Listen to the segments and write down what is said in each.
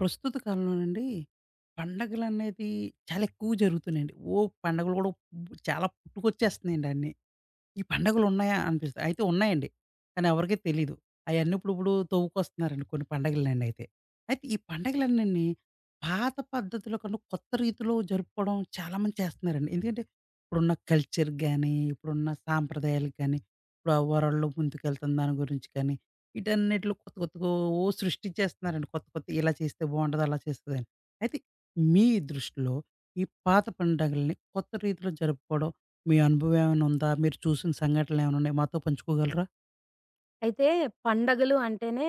ప్రస్తుత కాలంలోనండి పండగలనేది చాలా ఎక్కువ జరుగుతున్నాయండి. పండగలు కూడా చాలా పుట్టుకొచ్చేస్తున్నాయండి అన్నీ. ఈ పండగలున్నాయా అనిపిస్తాయి. అయితే ఉన్నాయండి. కానీ ఎవరికీ తెలీదు. అయన్నీ ఇప్పుడిప్పుడు తవ్వుకొస్తున్నారండి కొన్ని పండగలనండి అయితే. అయితే ఈ పండగలన్నీని పాత పద్ధతుల కన్నా కొత్త రీతిలో జరుపుకోవడం చాలా మంది చేస్తున్నారండి. ఎందుకంటే ఇప్పుడున్న కల్చర్ గాని, ఇప్పుడున్న సాంప్రదాయాలకు గాని, ఇప్పుడు ఆ వరల్డ్ ముందుకెళ్తున్న దాని గురించి కానీ, ఈటన్నిటిలో కొత్త కొత్తగా సృష్టించేస్తున్నారండి. కొత్త కొత్త ఇలా చేస్తే బావుంటది, అలా చేస్తదని. అయితే మీ దృష్టిలో ఈ పాత పండగలని కొత్త రీతిలో జరుపుకోవడం మీ అనుభవం ఏమైనా ఉందా? మీరు చూసిన సంఘటనలు ఏమైనా ఉన్నాయా? మాతో పంచుకోగలరా? అయితే పండగలు అంటేనే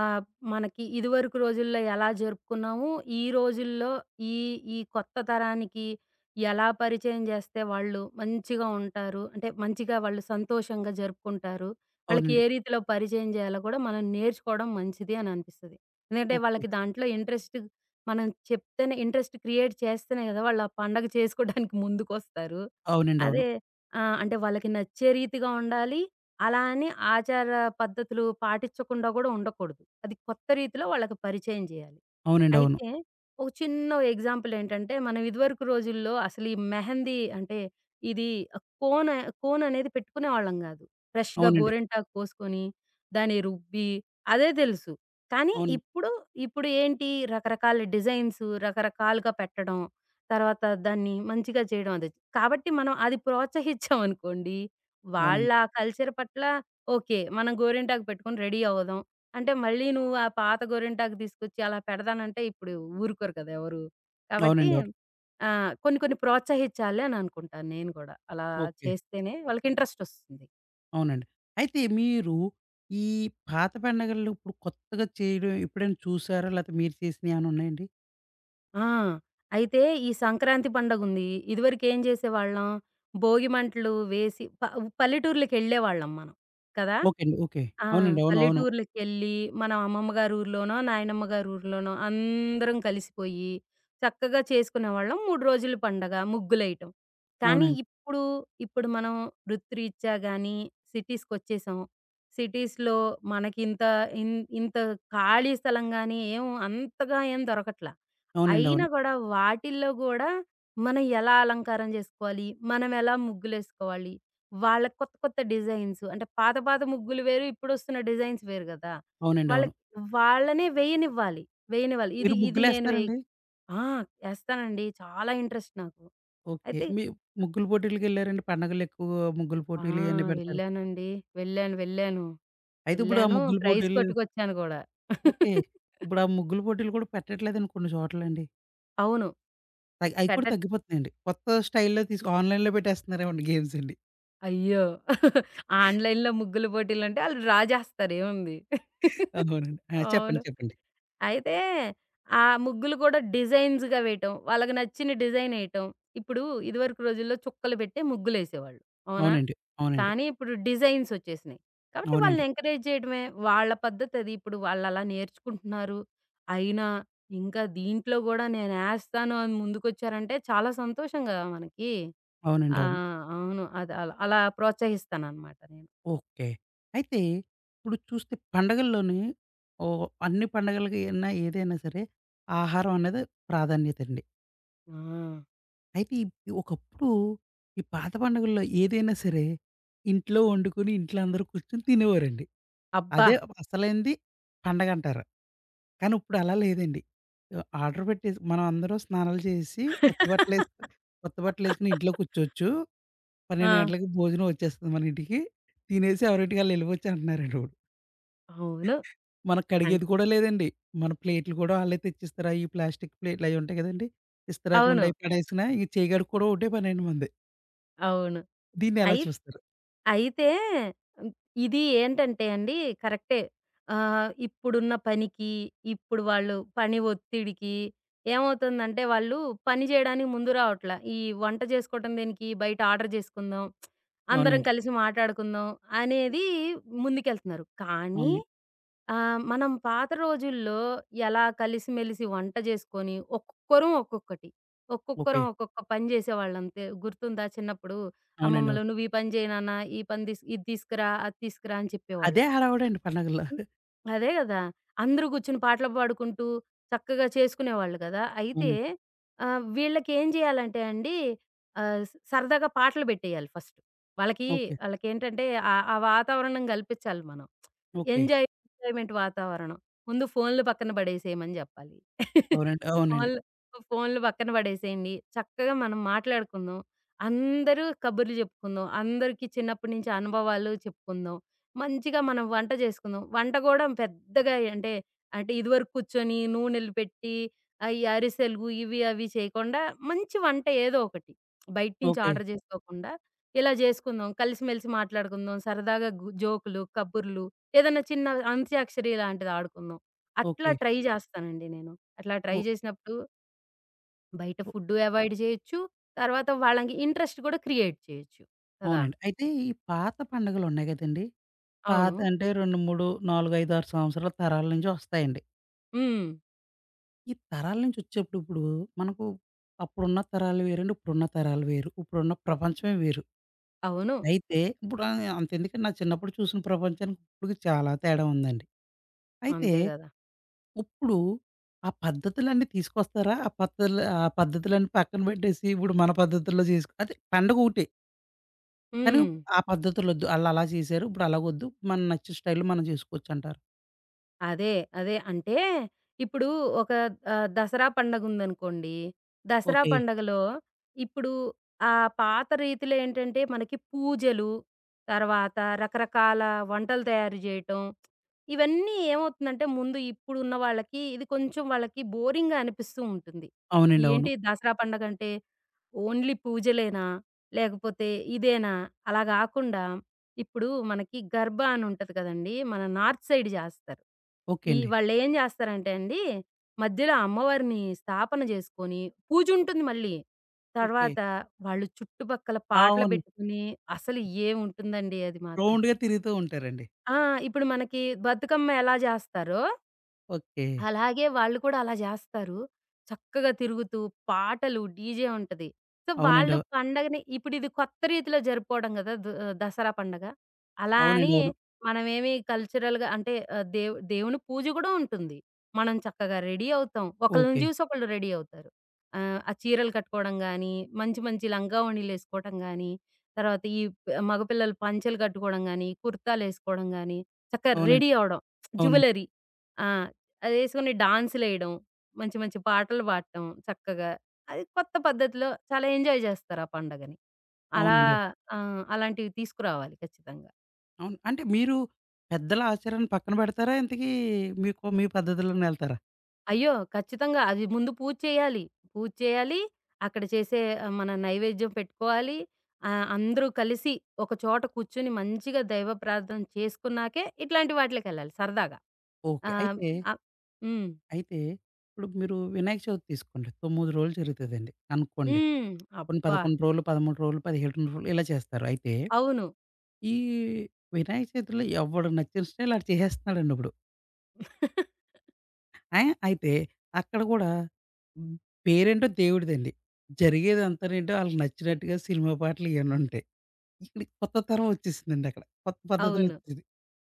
ఆహ్, మనకి ఇదివరకు రోజుల్లో ఎలా జరుపుకున్నాము, ఈ రోజుల్లో ఈ, ఈ కొత్త తరానికి ఎలా పరిచయం చేస్తే వాళ్ళు మంచిగా ఉంటారు. అంటే మంచిగా వాళ్ళు సంతోషంగా జరుపుకుంటారు. వాళ్ళకి అవునండి. ఏ రీతిలో పరిచయం చేయాలో కూడా మనం నేర్చుకోవడం మంచిది అని అనిపిస్తది. ఎందుకంటే ఓకే. వాళ్ళకి దాంట్లో ఇంట్రెస్ట్ మనం చెప్తేనే ఇంట్రెస్ట్ క్రియేట్ చేస్తేనే కదా! వాళ్ళు ఆ పండగ చేసుకోవడానికి ముందుకొస్తారు. అవునండి. అవును. అదే ఆ! అంటే వాళ్ళకి నచ్చే రీతిగా ఉండాలి. అలా అని ఆచార పద్ధతులు పాటిచ్చకుండా గూడా ఉండకూడదు. అది కొత్త రీతిలో వాళ్ళకి పరిచయం జేయాలి. అవునండి. అవును. అయితే ఒక చిన్న ఎగ్జాంపుల్ ఏంటంటే, మనం ఇదివరకు రోజుల్లో అసలు ఈ మెహందీ అంటే ఇది కోన్ కోన్ అనేది పెట్టుకునేవాళ్ళం గాదు. ఫ్రెష్‌గా అవునండి. గోరింటాకు కోసుకొని, దాన్ని రుబ్బి అదే తెలుసు. కానీ అవును. ఇప్పుడు, ఇప్పుడు ఏంటి రకరకాల డిజైన్స్ రకరకాలుగా పెట్టడం, తర్వాత దాన్ని మంచిగా చేయడం అది. కాబట్టి మనం అది ప్రోత్సహిచ్చామనుకోండి వాళ్ళ అవునండి. ఆ కల్చర్ పట్ల ఓకే. మనం గోరింటాకు పెట్టుకొని రెడీ అవుదాం. అంటే మళ్ళీ నువ్వు ఆ పాత గోరింటాకు తీసుకొచ్చి అలా పెడదానంటే ఇప్పుడు ఊరుకోరు కదా ఎవరు. కాబట్టి అవునండి. అవును. కొన్ని కొన్ని ప్రోత్సహించాలి అని అనుకుంటాను నేను కూడా. అలా ఓకే. చేస్తేనే వాళ్ళకి ఇంట్రెస్ట్ ఒస్తుంది. అవునండి. అయితే మీరు ఈ పాత పండగల్లో ఇప్పుడు కొత్తగా చేయడం ఎప్పుడైనా చూసారా? లేతే మీరు చేసినయి ఏమైనా ఉన్నాయండి? ఆ! అయితే ఈ సంక్రాంతి పండగుంది. ఇదివరకు ఏం చేసేవాళ్ళం భోగిమంటలు వేసి పల్లెటూర్లకెళ్ళేవాళ్ళం మనం. కదా! ఓకే అండి. ఓకే. ఆ! అవునండి. అవును. అవును. పల్లెటూర్లకెళ్ళి, మనం అమ్మమ్మ గారి ఊర్లోనో, నాయనమ్మ గారి ఊర్లోనో అందరం కలిసిపోయి, చక్కగా చేసుకునేవాళ్ళం. 3 రోజుల పండగ ముగ్గులేయటం. కానీ అవునండి. ఇప్పుడు, ఇప్పుడు మనం వృత్తిరీత్యా గానీ, సిటీస్‌కొచ్చేసాం. సిటీస్‌లో మనకింత ఇన్ ఇంత ఖాళీ స్థలం గానీ, ఏం అంతగా ఏం దొరకట్లా. అవునండి. అయినా అవును. గూడా వాటిల్లో గూడా మనం ఎలా అలంకారం జేసుకోవాలి, మనమెలా ముగ్గులేసుకోవాలి వాళ్ళ కొత్త కొత్త డిజైన్స్ అంటే పాత పాత ముగ్గులు వేరు. ఇప్పుడొస్తున్న డిజైన్స్ వేరు గదా! అవునండి. అవును. వాళ్ళకి వాళ్ళనే వేయనివ్వాలి. వేయనివ్వాలి. ఇది మీరు ఇది నేను వేయి ముగ్గులేస్తారండి? ఆ! ఏస్తానండి. చాలా ఇంట్రెస్ట్ నాకు. ఓకే. అయితే మీ ముగ్గుల పోటీలకెళ్లారండి? పండగలు ఎక్కువగా ముగ్గుల ఆ! పోటీలు ఇయన్నీ పెడతారు. వెళ్ళానండి. వెళ్ళాను. అయితే ఇప్పుడు ఆ వెళ్ళాను. ముగ్గుల ప్రైజ్ పోటీలు కొట్టుకొచ్చాను గూడా. ఓకే. ఇప్పుడు ఆ ముగ్గుల పోటీలు కూడా పెట్టట్లేదండి కొన్ని చోట్లండి. అవును. అయి అయి కూడా పెట్టట్ తగ్గిపోతున్నాయండి. కొత్త స్టైల్‌లో తీసుకు ఆన్‌లైన్‌లో పెట్టేస్తున్నారేమోండి గేమ్స్ అండి. అయ్యో! ఆన్‌లైన్‌లో ముగ్గుల పోటీలంటే ఆళ్ళు డ్రా జేస్తారు ఏముంది. అవునండి. ఆ! అవును. చెప్పండి. చెప్పండి. అయితే, ఆ ముగ్గులు కూడా డిజైన్స్‌గా వేయటం. వాళ్ళకి నచ్చిన డిజైనేయటం. ఇప్పుడు ఇదివరకు రోజుల్లో చుక్కలు పెట్టే ముగ్గులేసేవాళ్ళు. అవునా? అవునండి. అవునండి. కానీ ఇప్పుడు డిజైన్సొచ్చేసినియి. కాబట్టి వాళ్ళని అవునండి. ఎంకరేజ్ చేయడమే. వాళ్ళ పద్ధతది. ఇప్పుడు వాళ్ళలా నేర్చుకుంటున్నారు. అయినా ఇంకా దీంట్లో గూడా నేనేస్తాను అని ముందుకొచ్చారంటే చాలా సంతోషం గదా మనకి. అవునండి. ఆ! అవును. అవును. అది అలా అలా ప్రోత్సహిస్తాననమాట నేను. ఓకే. అయితే ఇప్పుడు చూస్తే పండగల్లోని ఓహ్, అన్ని పండగలకి అయినా ఏదైనా సరే ఆహారం అనేది ప్రాధాన్యతండి. ఆ! అయితే ఒకప్పుడు ఈ పాత పండుగల్లో ఏదైనా సరే ఇంట్లో వండుకొని ఇంట్లో అందరూ కూర్చొని తినేవారండి. అబ్బా! అదే అసలైంది పండగంటారు. కానీ ఉప్పుడలా లేదండి. ఆహ్, ఆర్డర్ పెట్టేసి మనం అందరం స్నానాలు చేసేసి, కొత్త బట్టలేసుకొని ఇంట్లో కూర్చోవచ్చు. 12 ఆ! గంటలకి భోజనం వచ్చేస్తది మన ఇంటికి. తినేసి ఎవరింటికి ఆళ్ళెళ్ళిపోవచ్చు అంటున్నారండి ఇప్పుడు. అవును. మనం అన్ కడిగేది కూడా లేదండి. మన ప్లేట్లు కూడా ఆళ్ళే తెచ్చిస్తారు. అయి ప్లాస్టిక్ ప్లేట్లు అయి ఉంటాయి కదండీ! అవును. ఇస్తరాకులుంటాయి. అయి పడేసినా ఇంక చేయి కడుక్కోవడం ఒకటే పనండి మనది. అవును. దీన్నెలా అయి చూస్తారు? అయితే హ్మ్, ఇది ఏంటంటే అండి కరెక్టే. ఇప్పుడున్న పనికి, ఇప్పుడు వాళ్ళు పని ఒత్తిడికి ఏమవుతుందంటే వాళ్ళు పని చేయడానికి ముందు రావట్లా. ఈ వంట చేసుకోవటం దేనికి బయట ఆర్డర్ చేసుకుందాం, అందరం అవునండి. కలిసి మాట్లాడుకుందాం అనేది ముందుకెళ్తున్నారు. కానీ అవునండి. ఆ! మనం పాత రోజుల్లో ఎలా కలిసిమెలిసి వంట జేసుకొని, ఒక్కొక్కరం ఒక్కొక్కటి. ఒక్కొక్కరం ఓకే. ఒక్కొక్క పని జేసేవాళ్ళంతే. గుర్తుందా చిన్నప్పుడు అవునండి. అవును. అమ్మమ్మలు "నువ్వు ఈ పని జేయి నాన్న, ఈ పని ఇది తీసుకురా, అది తీసుకురా" అని చెప్పేవాళ్ళు. అదే హడావుడండి పండగల్లో. హ్మ్. అదే గదా! అందరూ గూర్చుని పాటలు పాడుకుంటూ చక్కగా చేసుకునేవాళ్ళు గదా! అయితే అవునండి. వీళ్ళకేం జేయాలంటే అండి ఆహ్, స్ సరదాగా పాటలు బెట్టేయాలి ఫస్ట్. వాళ్ళకి ఓకే. ఆళ్ళకేంటంటే ఆ ఆ వాతావరణం గల్పించాలి మనం. ఓకే. ఎంజాయ్ ఎంజాయ్‌మెంట్ వాతావరణం. ముందు ఫోన్‌లు పక్కన బడేసేయమని జెప్పాలి. అవునండి. అవునండి. ఫోన్‌లు ఫోన్‌లు పక్కన బడేసేయండి. చక్కగా మనం మాట్లాడుకుందాం. అందరూ కబుర్లు జెప్పుకుందాం. అందరికీ చిన్నప్పటి నుంచి అనుభవాలు చెప్పుకుందాం. మంచిగా మనం వంట చేసుకుందాం. వంట గూడా పెద్దగా అంటే, అంటే ఇదివరకు కూర్చొని నూనెలు పెట్టి, ఈ అరిసెలు ఇవి అవి చేయకుండా మంచి వంట ఏదో ఒకటి. బయట నుంచి ఓకే. ఆర్డర్ చేసుకోకుండా ఇలా చేసుకుందాం. కలిసిమెలిసి మాట్లాడుకుందాం. సరదాగా జోకులు, కబుర్లు ఏదన్నా చిన్న అంత్యాక్షరి లాంటిది ఆడుకుందాం. అట్లా ఓకే. ట్రై జేస్తానండి నేను. అట్లా ట్రై ఓ జేసినప్పుడు బయట ఫుడ్డు అవాయిడ్ జేయొచ్చు. తర్వాత వాళ్ళకి ఇంట్రెస్ట్ గూడా క్రియేట్ చేయొచ్చు. కదా! అవునండి. అయితే ఈ పాత పండుగలున్నాయి గదండీ! అవును. పాత అంటే 2, 3, 4, 5, 6 సంవత్సరాల తరాల నుంచి వస్తాయండి. హ్మ్. ఈ తరాల నుంచి వచ్చేప్పుడు ఇప్పుడు మనకు అప్పుడున్న తరాలు వేరండి. ఇప్పుడున్న తరాలు వేరు. ఇప్పుడున్న ప్రపంచమే వేరు. అవును. అయితే ఇప్పుడు ఆహ్, అంతెందుకండి నా చిన్నప్పుడు చూసిన ప్రపంచానికి ఇప్పటికి చాలా తేడా ఉందండి. అయితే అంతే గదా! ఇప్పుడు ఆ పద్ధతులన్నీ తీసుకొస్తారా? ఆ పద్ధతులన్నీ పక్కన పెట్టేసి ఇప్పుడు మన పద్ధతుల్లో చేసుకో అదే పండగ ఒకటే. కానీ హ్మ్. ఆ పద్ధతులొద్దు. ఆళ్ళలా చేశారు. ఇప్పుడు అలాగొద్దు. మనకు నచ్చిన స్టైల్‌లో మనం చేసుకోవచ్చంటారు. అదే. అదే. అంటే ఇప్పుడు ఒక దసరా పండగుందనుకోండి. దసరా ఓకే. పండగలో ఇప్పుడు ఆ పాత రీతిలో ఏంటంటే మనకి పూజలు, తర్వాత రకరకాల వంటలు తయారు జేయటం, ఇవన్నీ ఏమవుతుందంటే ముందు ఇప్పుడున్న వాళ్ళకి ఇది కొంచెం వాళ్ళకి బోరింగ్‌గా అనిపిస్తూ ఉంటుంది. అవునండి. అవును. ఏంటి దసరా పండగంటే ఓన్లీ పూజలేనా? లేకపోతే ఇదేనా? అలా గాకుండా ఇప్పుడు మనకి గర్బా అని ఉంటది కదండీ! మన నార్త్ సైడ్ జేస్తారు. ఓకే ఈ అండి. వాళ్ళేం జేస్తారంటే అండి, మధ్యలో అమ్మవారిని స్థాపన జేసుకొని పూజుంటుంది మళ్ళీ. ఓకే. తర్వాత వాళ్ళు చుట్టుపక్కల పాటలు అవును. బెట్టుకుని అసలు ఏముంటుందండి అది మాత్రం. రౌండ్‌గా తిరుగుతూ ఉంటారండి. ఆ! ఇప్పుడు మనకి బతుకమ్మ ఎలా జేస్తారో ఓకే. అలాగే వాళ్ళు కూడా అలా జేస్తారు. చక్కగా తిరుగుతూ, పాటలు, డీజే ఉంటది. సో, అవునండి. వాళ్ళు పండగని ఇప్పుడిది కొత్త రీతిలో జరుపుకోవడం గదా! దసరా పండగ. అలా అని అవునండి. అవును. మనమేమి కల్చరల్‌గా అంటే ఆహ్, దేవు దేవుని పూజ గూడా ఉంటుంది. మనం చక్కగా రెడీ అవుతాం. ఒకళ్ళని ఓకే. జూసి ఒకళ్ళు రెడీ అవుతారు. ఆ చీరలు కట్టుకోవడం గానీ, మంచి మంచి లంగా ఓణీలేసుకోవటం గానీ, తర్వాత ఈ మగపిల్లలు పంచెలు కట్టుకోవడం గానీ, కుర్తాలేసుకోవడం గానీ, చక్కగా రెడీ అవునండి. అవ్వడం. అవునండి. జ్యువెలరీ. ఆ! అదేసుకొని డాన్సులేయడం, మంచి మంచి పాటలు పాడటం చక్కగా. అది కొత్త పద్ధతిలో చాలా ఎంజాయ్ జేస్తారు ఆ పండగని. అలా అవునండి. ఆ! అలాంటివి తీసుకురావాలి ఖచ్చితంగా. అవును. అంటే మీరు పెద్దల ఆచారాన్ని పక్కన పెడతారా? ఇంతకీ మీకు మీ పద్ధతిలోనే ఎళ్తారా? అయ్యో! ఖచ్చితంగా. అది ముందు పూజ చేయాలి. పూజ చేయాలి. అక్కడ చేసే మన నైవేద్యం పెట్టుకోవాలి. అందరూ కలిసి ఒక చోట కూర్చొని మంచిగా దైవ ప్రార్థన చేసుకున్నాకే ఇట్లాంటి వాటిలకెళ్ళాలి సరదాగా. ఓకే. ఆహ్, అయితే, అ హ్మ్. అయితే ఇప్పుడు మీరు వినాయక చవితి తీసుకోండి. 9 రోజులు జరుగుతదండి అనుకోండి. హ్మ్. కొన్ని అబ్బా! 11 రోజులు, 13 రోజులు, 17 రోజులు ఇలా చేస్తారు. అయితే అవును. ఈ వినాయక చవితిలో ఎవడు నచ్చిన స్టైల్ ఆడు చేసేస్తున్నాడండి ఇప్పుడు. ఆ! అయితే అక్కడ కూడా హ్మ్, పేరేంటో దేవుడిదండి. జరిగేదంతానేంటో ఆళ్ళకి నచ్చినట్టుగా సినిమా పాటలు ఇయన్నీ ఉంటాయి. ఇక్కడ కొత్త తరం వచ్చేసిందండి అక్కడ. కొత్త అవును. పద్ధతులొచ్చేసింది.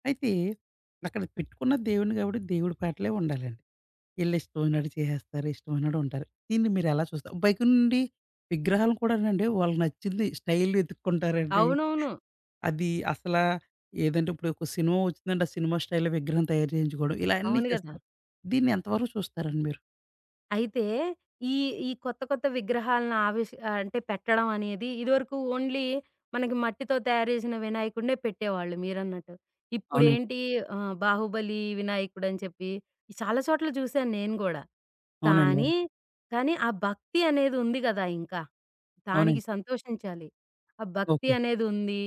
అయితే అక్కడ పెట్టుకున్న దేవుడిని కాబట్టి దేవుడి పాటలే ఉండాలండి. ఈళ్ళు ఇష్టమైనట్టు చేసేస్తారు. ఇష్టమైనట్టు ఉంటారు. దీన్ని మీరెలా చూస్తారు? పైనుండి విగ్రహాలు కూడానండి వాళ్ళకి నచ్చింది స్టైల్ వెతుక్కుంటారండి. అవునవును. అది అసలా ఏదంటే ఇప్పుడు ఒక సినిమా వచ్చిందంటే, ఆ సినిమా స్టైల్‌లో విగ్రహం తయారు చేయించుకోవడం ఇలా అన్నీ అవును గదా! చేస్తారు. దీన్ని ఎంతవరకు చూస్తారండి మీరు? అయితే ఈ ఈ కొత్త కొత్త విగ్రహాలను అంటే పెట్టడం అనేది ఇదివరకు ఓన్లీ మనకి మట్టితో తయారు చేసిన వినాయకుడినే పెట్టేవాళ్ళు మీరన్నట్టు. అవునండి. ఇప్పుడేంటి 'బాహుబలి' వినాయకుడని చెప్పి చాలా చోట్ల చూసాను నేను గూడా. అవునండి. కానీ, అవును. కానీ ఆ భక్తి అనేది ఉంది గదా! ఇంకా. దానికి అవునండి. సంతోషించాలి. ఆ భక్తి ఓకే. అనేది ఉంది.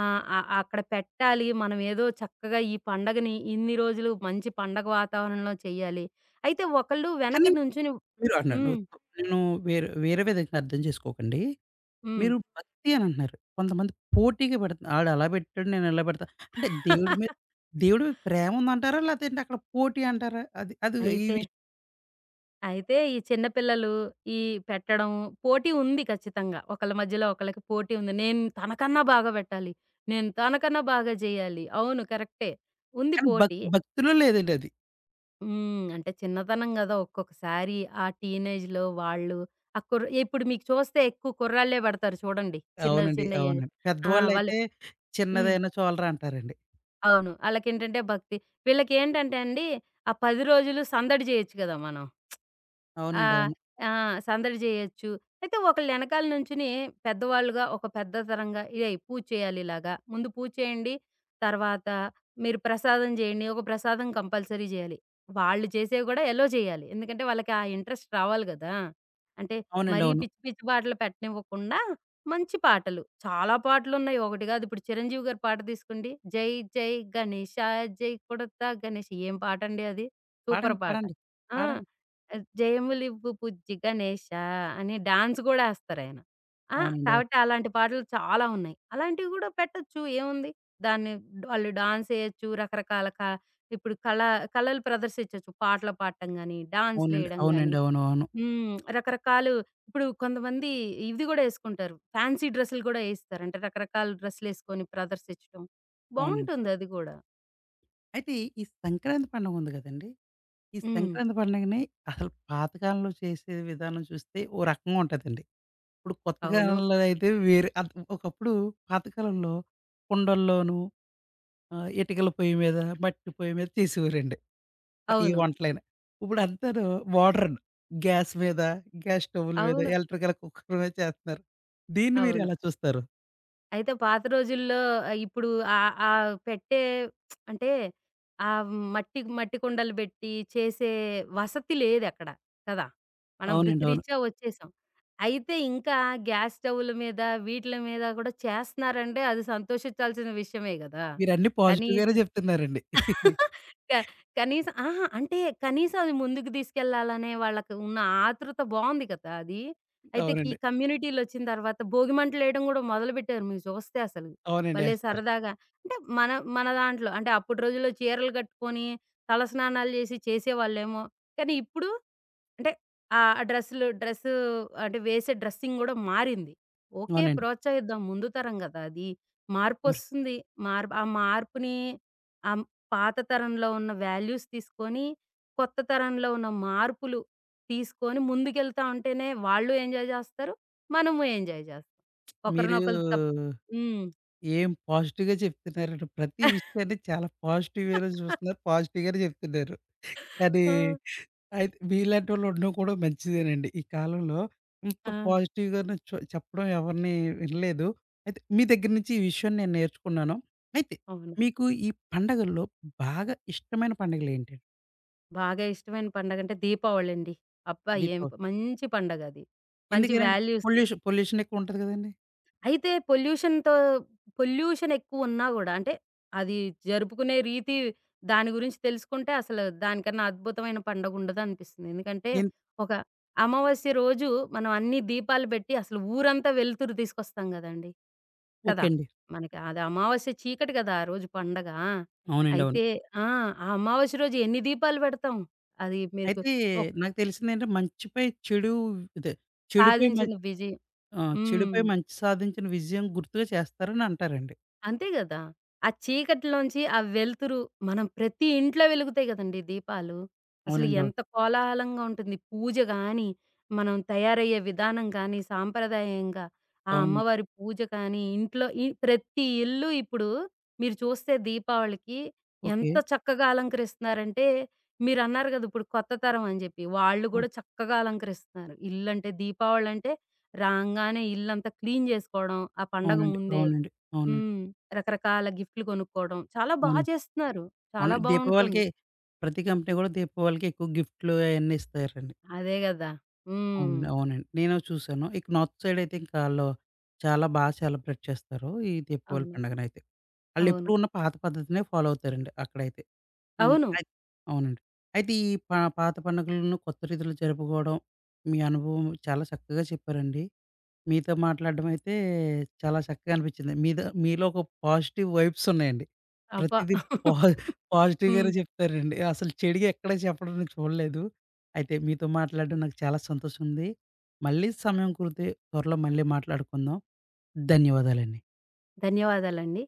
ఆహ్, అ అక్కడ పెట్టాలి. మనం ఏదో చక్కగా ఈ పండగని ఇన్ని రోజులు మంచి పండగ వాతావరణంలో చేయాలి. అయితే ఒకళ్ళు వెనక కానీ నుంచొని మీరు అన్నాను హ్మ్. నేను వేరే వేరే విధంగా అర్థం చేసుకోకండి. హ్మ్. మీరు భక్తి అని అంటున్నారు. కొంతమంది పోటీగా పెడుతున్నారు. ఆడు అలా పెట్టాడు నేను ఇలా పెడతా. అంటే దేవుడి మీద ప్రేమ ఉందంటారా? లేదంటే అక్కడ పోటీ అంటారా? అది అది ఈ అయితే, విషయం అయితే ఈ చిన్న పిల్లలు ఈ పెట్టడం పోటీ ఉంది ఖచ్చితంగా. ఒకళ్ళ మధ్యలో ఒకళ్ళకి పోటీ ఉంది. నేను తనకన్నా బాగా పెట్టాలి. నేను తనకన్నా బాగా జేయాలి. అవును కరెక్టే. ఉంది కానీ పోటీ. భక్తిలో లేదండి అది. హ్మ్. అంటే చిన్నతనం గదా! ఒక్కొక్కసారి ఆ టీనేజ్‌లో వాళ్ళు ఆ కుర్ర ఇప్పుడు మీకు చూస్తే ఎక్కువ కుర్రాళ్ళే పెడతారు చూడండి. చిన్న అవునండి. చిన్న ఏజ్ అవునండి. ఆ! వాళ్ళు పెద్దవాళ్ళైతే హ్మ్. చిన్నదైనా చాలరా అంటారండి. అవును. ఆళ్ళకేంటంటే భక్తి. వీళ్ళకేంటంటే అండి, ఆ 10 రోజులు సందడి జేయొచ్చు గదా మనం. ఆ! అవునండి. అవును. ఆ! సందడి జేయొచ్చు. అయితే ఒకళ్ళెనకాల నుంచుని పెద్దవాళ్ళుగా ఒక పెద్ద తరంగా "ఏయ్! పూజ చేయాలి ఇలాగా. ముందు పూజ చేయండి. తర్వాత మీరు ప్రసాదం జేయండి. ఒక ప్రసాదం కంపల్సరీ జేయాలి." వాళ్ళు చేసేవి గూడా ఎలో జేయాలి. ఎందుకంటే వాళ్ళకి ఆ ఇంట్రెస్ట్ రావాలి గదా! అంటే అవునండి. మరీ అవును. పిచ్చి పిచ్చి పాటలు పెట్టనివ్వకుండా మంచి పాటలు. చాలా పాటలున్నాయి. ఒకటి గాదు. ఇప్పుడు చిరంజీవి గారి పాట తీసుకోండి. 'జై గణేష జై కొడతా గణేష్' ఏం పాటండి అది. సూపర్ పాడండి. పాట. పాడండి. ఆ! పాడండి. 'జయములివ్వు బుజ్జి గణేష' అని డాన్స్ గూడా ఏస్తారాయన. ఆ! అవునండి. అవును. కాబట్టి అలాంటి పాటలు చాలా ఉన్నాయి. అలాంటివి గూడా పెట్టొచ్చు ఏముంది. దాన్ని వాళ్ళు డాన్స్ ఏయొచ్చు. రకరకాల క ఇప్పుడు కళలు ప్రదర్శించొచ్చు. పాటలు పాడటం గాని, అవునండి. డాన్స్‌లేయడం గాని. అవునండి. అవును. అవును. హ్మ్. రకరకాలు ఇప్పుడు కొంతమంది ఇవి గూడా ఏసుకుంటారు. ఫ్యాన్సీ డ్రెస్సులు గూడా ఏయిస్తారు. అంటే రకరకాల డ్రెస్సులేసుకొని ప్రదర్శించడం. అవునండి. బావుంటుంది అది గూడా. అయితే ఈ సంక్రాంతి పండుగ ఉంది గదండీ! ఈ హ్మ్. సంక్రాంతి పండుగని అసలు పాతకాలంలో చేసే విధానం చూస్తే ఓ రకంగా ఉంటదండి. ఇప్పుడు కొత్త అవును. కాలంలో అయితే వేరే అద్ ఒకప్పుడు పాతకాలంలో కుండల్లోనూ ఆహ్, ఇటుకల పొయ్యి మీద, మట్టి పొయ్యి మీద చేసేవారండి. ఏ అవును. వంటలైనా. ఇప్పుడంతాను మోడ్రన్. గ్యాస్ మీద, గ్యాస్ స్టవ్‌ల మీద, అవును. ఎలక్ట్రికల్ కుక్కర్ మీద చేస్తున్నారు. దీన్ని అవును. మీరెలా చూస్తారు? అయితే పాత రోజుల్లో ఆహ్, ఇప్పుడు ఆహ్, ఆహ్, పెట్టే అంటే ఆ మట్టి మట్టి కుండలు పెట్టి చేసే వసతి లేదక్కడ కదా! మనం అవునండి. అవును. వృత్తిరీత్యా వచ్చేసాం. అయితే ఇంకా గ్యాస్ స్టవ్‌ల మీద వీటిల మీద కూడా చేస్తున్నారంటే అది సంతోషించాల్సిన విషయమే గదా! మీరన్నీ పాజిటివ్ గానే కనీసం జెప్తున్నారండి. క కనీసం అహా! అంటే కనీసం అది ముందుకు తీసుకెళ్ళాలనే వాళ్ళకి ఉన్న ఆతృత బావుంది కదా! అది. అయితే ఈ అవునండి. కమ్యూనిటీలొచ్చిన తర్వాత భోగిమంటలేయడం గూడా మొదలుపెట్టారు మీరు చూస్తే అసలు. అవునండి. భలే ఏస్తారు. సరదాగా అంటే మన మన దాంట్లో అంటే అప్పటి రోజుల్లో చీరలు కట్టుకొని, తలస్నానాలు చేసి చేసేవాళ్ళేమో. కానీ ఇప్పుడు అంటే ఆహ్, డ్రెస్‌లు డ్రెస్సు అంటే వేసే డ్రెస్సింగ్ గూడా మారింది. ఓకే. అవునండి. ప్రోత్సహిద్దాం ముందు తరం గదా! అది. మరి మార్పొస్తుంది. మార్పుని ఆ పాత తరంలో ఉన్న వాల్యూస్ తీసుకొని, కొత్త తరంలో ఉన్న మార్పులు తీసుకొని ముందుకెళ్తా ఉంటేనే వాళ్ళు ఎంజాయ్ జేస్తారు. మనము ఎంజాయ్ జేస్తాం. మీరు ఒకరినొకళ్ళు తప్ హ్మ్. ఏం పాజిటివ్‌గా చెప్తున్నారండి. ప్రతి విషయాన్ని చాలా పాజిటివ్ వేలో జూస్తున్నారు. పాజిటివ్ గానే జెప్తున్నారు. కానీ ఆ! అయితే మీలాంటోళ్ళు ఉండడం కూడా మంచిదేనండి. ఈ కాలంలో ఇంత ఆ! పాజిటివ్‌గానే చెప్పడం ఎవరిని వినలేదు. అయితే మీ దగ్గర నుంచి ఈ విషయం నేను నేర్చుకున్నాను. అయితే అవును. మీకు ఈ పండగల్లో బాగా ఇష్టమైన పండుగలేంటండి? బాగా ఇష్టమైన పండగంటే దీపావళండి. అబ్బా! ఏం దీపావళి. ప- మంచి పండగది. మంచి ఎందుకనండి? వాల్యూస్. పొల్యూషన్ పొల్యూషన్ ఎక్కువుంటది గదండీ! అయితే పొల్యూషన్‌తో పొల్యూషన్ ఎక్కువున్నా గూడా అంటే, అది జరుపుకునే రీతి దాని గురించి తెలుసుకుంటే అసలు దానికన్నా అద్భుతమైన పండగుండదనిపిస్తుంది. ఎందుకంటే, ఎన్ ఒక అమావాస్య రోజు మనం అన్ని దీపాలు బెట్టి అసలు ఊరంతా వెలుతురు తీసుకొస్తాం గదండీ! కదా! ఓకే అండి. మనకి అది అమావాస్య చీకటి గదా! ఆ రోజు పండగ. అవునండి. అవును. అయితే ఆ! ఆ అమావాస్య రోజు ఎన్ని దీపాలు బెడతాం. అది మీకు అయితే ఒక్ నాకు తెలిసిందేంటంటే మంచిపై చెడు ఇదే చెడుపై మం సాధించిన విజయం. ఆ! హ్మ్. చెడుపై మంచి సాధించిన విజయం గుర్తుగా చేస్తారని అంటారండి. అంతే గదా! ఆ చీకటిలోంచి ఆ వెలుతురు మనం ప్రతి ఇంట్లో వెలుగుతాయి గదండీ దీపాలు. అసలు అవునండి. అవును. ఎంత కోలాహలంగా ఉంటుంది. పూజ గాని, మనం తయారయ్యే విధానం గాని, సాంప్రదాయంగా ఆ అవునండి. అమ్మవారి పూజ కానీ, ఇంట్లో ఇ ప్రతి ఇల్లు ఇప్పుడు మీరు చూస్తే దీపావళికి ఓకే. ఎంత చక్కగా అలంకరిస్తున్నారంటే, మీరన్నారు గదా! ఇప్పుడు కొత్త తరం అని జెప్పి. వాళ్ళు ఆ! గూడా చక్కగా అలంకరిస్తున్నారు. ఇల్లంటే దీపావళంటే రాంగానే ఇల్లంతా క్లీన్ జేసుకోవడం, ఆ పండగ అవునండి. ముందే. అవునండి. అవునండి. హ్మ్. రకరకాల గిఫ్ట్‌లు కొనుక్కోవడం. చాలా బా అవునండి. చేస్తున్నారు. అవును. చాలా బావుంటుంది. దీపావళికి ప్రతి కంపెనీ గూడా దీపావళికి ఎక్కువ గిఫ్ట్‌లు అయన్నీ ఇస్తారండి. అదే గదా! హ్మ్. అవునండి. అవునండి. నేను చూసాను. ఇక నార్త్ సైడ్ అయితే ఇంకా ఆళ్ళు చాలా బా సెలబ్రేట్ చేస్తారు. ఈ దీపావళి అవును. పండుగనైతే. అవును. ఆళ్ళెప్పుడు ఉన్న పాత పద్ధతినే ఫాలో అవుతారండి అక్కడైతే. హ్మ్. అవును. అయి అవునండి. అయితే ఈ పాత పండుగలను కొత్త రీతిలో జరుపుకోవడం, మీ అనుభవం చాలా చక్కగా చెప్పారండి. మీతో మాట్లాడడం అయితే చాలా చక్కగా అనిపించింది. మీద మీలో ఒక పాజిటివ్ వైబ్స్ ఉన్నాయండి. అబ్బా! ప్రతిదీ పా హ్మ్. పాజిటివ్‌గానే చెప్తారండి. అసలు చెడుగా ఎక్కడ చెప్పడం నేను చూడలేదు. అయితే మీతో మాట్లాడడం నాకు చాలా సంతోషం ఉంది. మళ్ళీ సమయం కుదిరితే త్వరలో మళ్ళీ మాట్లాడుకుందాం. ధన్యవాదాలండి. ధన్యవాదాలండి.